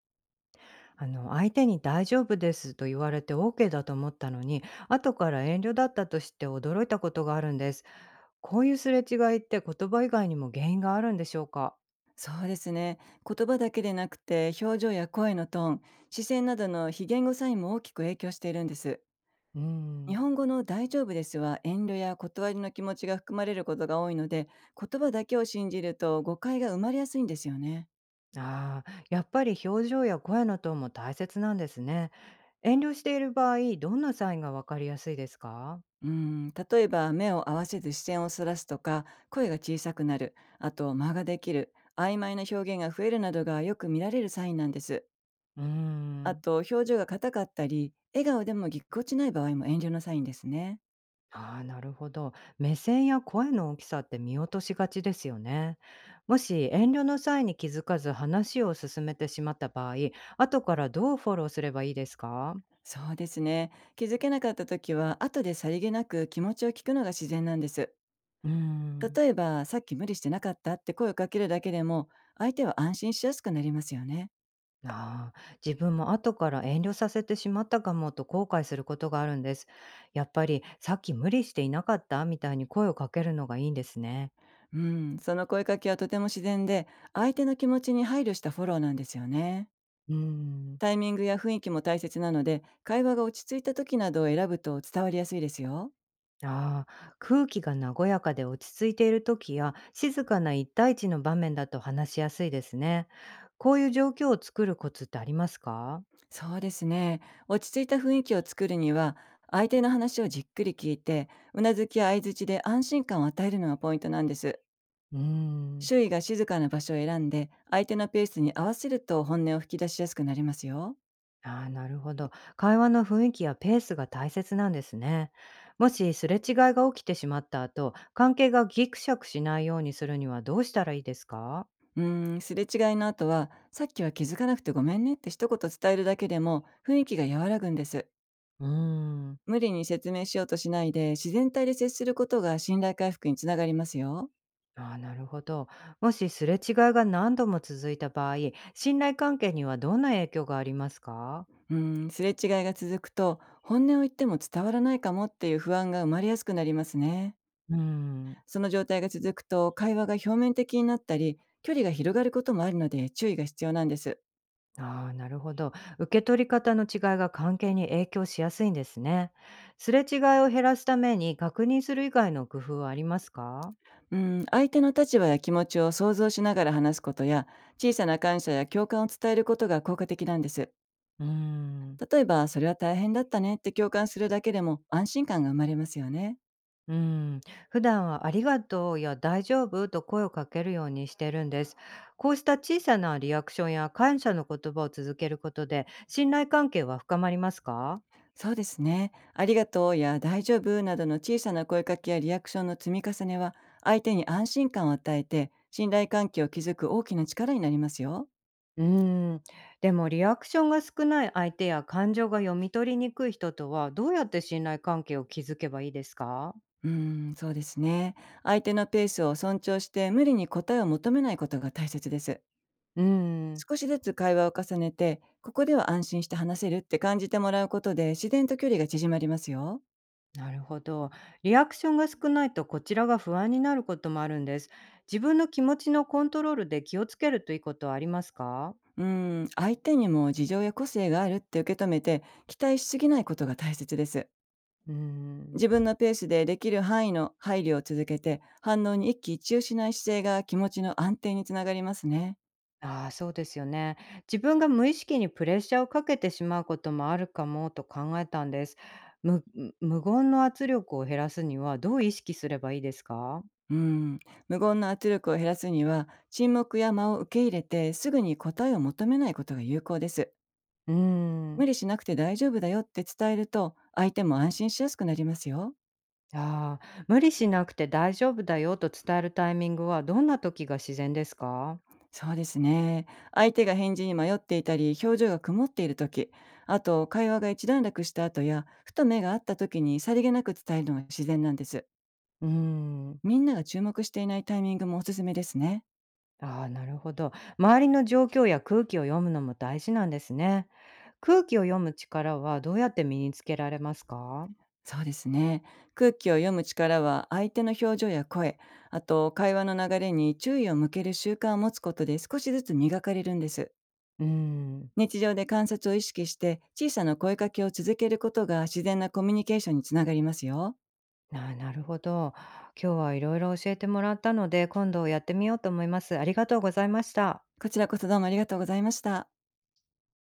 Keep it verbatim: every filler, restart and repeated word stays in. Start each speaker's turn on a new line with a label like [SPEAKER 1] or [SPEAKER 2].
[SPEAKER 1] あの相手に「大丈夫です」と言われて オーケー だと思ったのに、後から遠慮だったとして驚いたことがあるんです。こういうすれ違いって、言葉以外にも原因があるんでしょうか？
[SPEAKER 2] そうですね。言葉だけでなくて、表情や声のトーン、視線などの非言語サインも大きく影響しているんです。
[SPEAKER 1] うー
[SPEAKER 2] 日
[SPEAKER 1] ん。
[SPEAKER 2] 本語の大丈夫ですは遠慮や断りの気持ちが含まれることが多いので、言葉だけを信じると誤解が生まれやすいんですよね。
[SPEAKER 1] あー、やっぱり表情や声のトーンも大切なんですね。遠慮している場合、どんなサインがわかりやすいですか？
[SPEAKER 2] うん、例えば目を合わせず視線をそらすとか、声が小さくなる、あと間ができる、曖昧な表現が増えるなどがよく見られるサインなんです。
[SPEAKER 1] うー
[SPEAKER 2] あ
[SPEAKER 1] ん。
[SPEAKER 2] と表情が硬かったり、笑顔でもぎっこちない場合も遠慮のサインですね。
[SPEAKER 1] ああ、なるほど。目線や声の大きさって見落としがちですよね。もし遠慮の際に気づかず話を進めてしまった場合、後からどうフォローすればいいですか？
[SPEAKER 2] そうですね。気づけなかった時は、後でさりげなく気持ちを聞くのが自然なんです。
[SPEAKER 1] うーん。
[SPEAKER 2] 例えば、さっき無理してなかったって声をかけるだけでも、相手は安心しやすくなりますよね。
[SPEAKER 1] ああ、自分も後から遠慮させてしまったかもと後悔することがあるんです。やっぱりさっき無理していなかったみたいに声をかけるのがいいんですね。
[SPEAKER 2] うん、その声かけはとても自然で、相手の気持ちに配慮したフォローなんですよね。
[SPEAKER 1] うーん。
[SPEAKER 2] タイミングや雰囲気も大切なので、会話が落ち着いた時などを選ぶと伝わりやすいですよ。
[SPEAKER 1] ああ、空気が和やかで落ち着いている時や、静かないちたいいちの場面だと話しやすいですね。こういう状況を作るコツってありますか？
[SPEAKER 2] そうですね。落ち着いた雰囲気を作るには、相手の話をじっくり聞いて、うなずきや相づちで安心感を与えるのがポイントなんです。
[SPEAKER 1] うーん。
[SPEAKER 2] 周囲が静かな場所を選んで、相手のペースに合わせると本音を吹き出しやすくなりますよ。
[SPEAKER 1] ああ、なるほど。会話の雰囲気やペースが大切なんですね。もしすれ違いが起きてしまった後、関係がギクシャクしないようにするにはどうしたらいいですか？
[SPEAKER 2] うーん、すれ違いの後は、さっきは気づかなくてごめんねって一言伝えるだけでも雰囲気が和らぐんです。
[SPEAKER 1] うーん。
[SPEAKER 2] 無理に説明しようとしないで、自然体で接することが信頼回復につながりますよ。
[SPEAKER 1] ああ、なるほど。もしすれ違いが何度も続いた場合、信頼関係にはどんな影響がありますか？
[SPEAKER 2] うーん、すれ違いが続くと、本音を言っても伝わらないかもっていう不安が生まれやすくなりますね。
[SPEAKER 1] うん。
[SPEAKER 2] その状態が続くと、会話が表面的になったり、距離が広がることもあるので注意が必要なんです。
[SPEAKER 1] ああ、なるほど。受け取り方の違いが関係に影響しやすいんですね。すれ違いを減らすために確認する以外の工夫はありますか？
[SPEAKER 2] うん、相手の立場や気持ちを想像しながら話すことや、小さな感謝や共感を伝えることが効果的なんです。
[SPEAKER 1] うん。
[SPEAKER 2] 例えば、それは大変だったねって共感するだけでも安心感が生まれますよね。
[SPEAKER 1] うん。普段はありがとうや大丈夫と声をかけるようにしてるんです。こうした小さなリアクションや感謝の言葉を続けることで、信頼関係は深まりますか？
[SPEAKER 2] そうですね。ありがとうや大丈夫などの小さな声かけやリアクションの積み重ねは、相手に安心感を与えて、信頼関係を築く大きな力になりますよ。
[SPEAKER 1] うーん、でもリアクションが少ない相手や、感情が読み取りにくい人とはどうやって信頼関係を築けばいいですか？
[SPEAKER 2] うーん、そうですね。相手のペースを尊重して、無理に答えを求めないことが大切です。
[SPEAKER 1] うーん、
[SPEAKER 2] 少しずつ会話を重ねて、ここでは安心して話せるって感じてもらうことで自然と距離が縮まりますよ。
[SPEAKER 1] なるほど。リアクションが少ないと、こちらが不安になることもあるんです。自分の気持ちのコントロールで気をつけるということはありますか？
[SPEAKER 2] うん、相手にも事情や個性があるって受け止めて期待しすぎないことが大切です。
[SPEAKER 1] うーん。
[SPEAKER 2] 自分のペースでできる範囲の配慮を続けて反応に一喜一憂しない姿勢が気持ちの安定につながりますね。
[SPEAKER 1] ああ、そうですよね。自分が無意識にプレッシャーをかけてしまうこともあるかもと考えたんです。無無言の圧力を減らすにはどう意識すればいいですか？
[SPEAKER 2] うん、無言の圧力を減らすには沈黙や間を受け入れてすぐに答えを求めないことが有効です。
[SPEAKER 1] うー
[SPEAKER 2] 無
[SPEAKER 1] ん。
[SPEAKER 2] 理しなくて大丈夫だよって伝えると、相手も安心しやすくなりますよ。
[SPEAKER 1] ああ、無理しなくて大丈夫だよと伝えるタイミングはどんな時が自然ですか？
[SPEAKER 2] そうですね。相手が返事に迷っていたり、表情が曇っている時、あと会話が一段落した後や、ふと目が合った時にさりげなく伝えるのが自然なんです。
[SPEAKER 1] うーん。
[SPEAKER 2] みんなが注目していないタイミングもおすすめですね。
[SPEAKER 1] ああ、なるほど。周りの状況や空気を読むのも大事なんですね。空気を読む力はどうやって身につけられますか？
[SPEAKER 2] そうですね。空気を読む力は相手の表情や声、あと会話の流れに注意を向ける習慣を持つことで少しずつ磨かれるんです。
[SPEAKER 1] うーん。
[SPEAKER 2] 日常で観察を意識して小さな声かけを続けることが自然なコミュニケーションにつながりますよ。
[SPEAKER 1] あー、なるほど。今日はいろいろ教えてもらったので、今度やってみようと思います。ありがとうございました。
[SPEAKER 2] こちらこそどうもありがとうございました。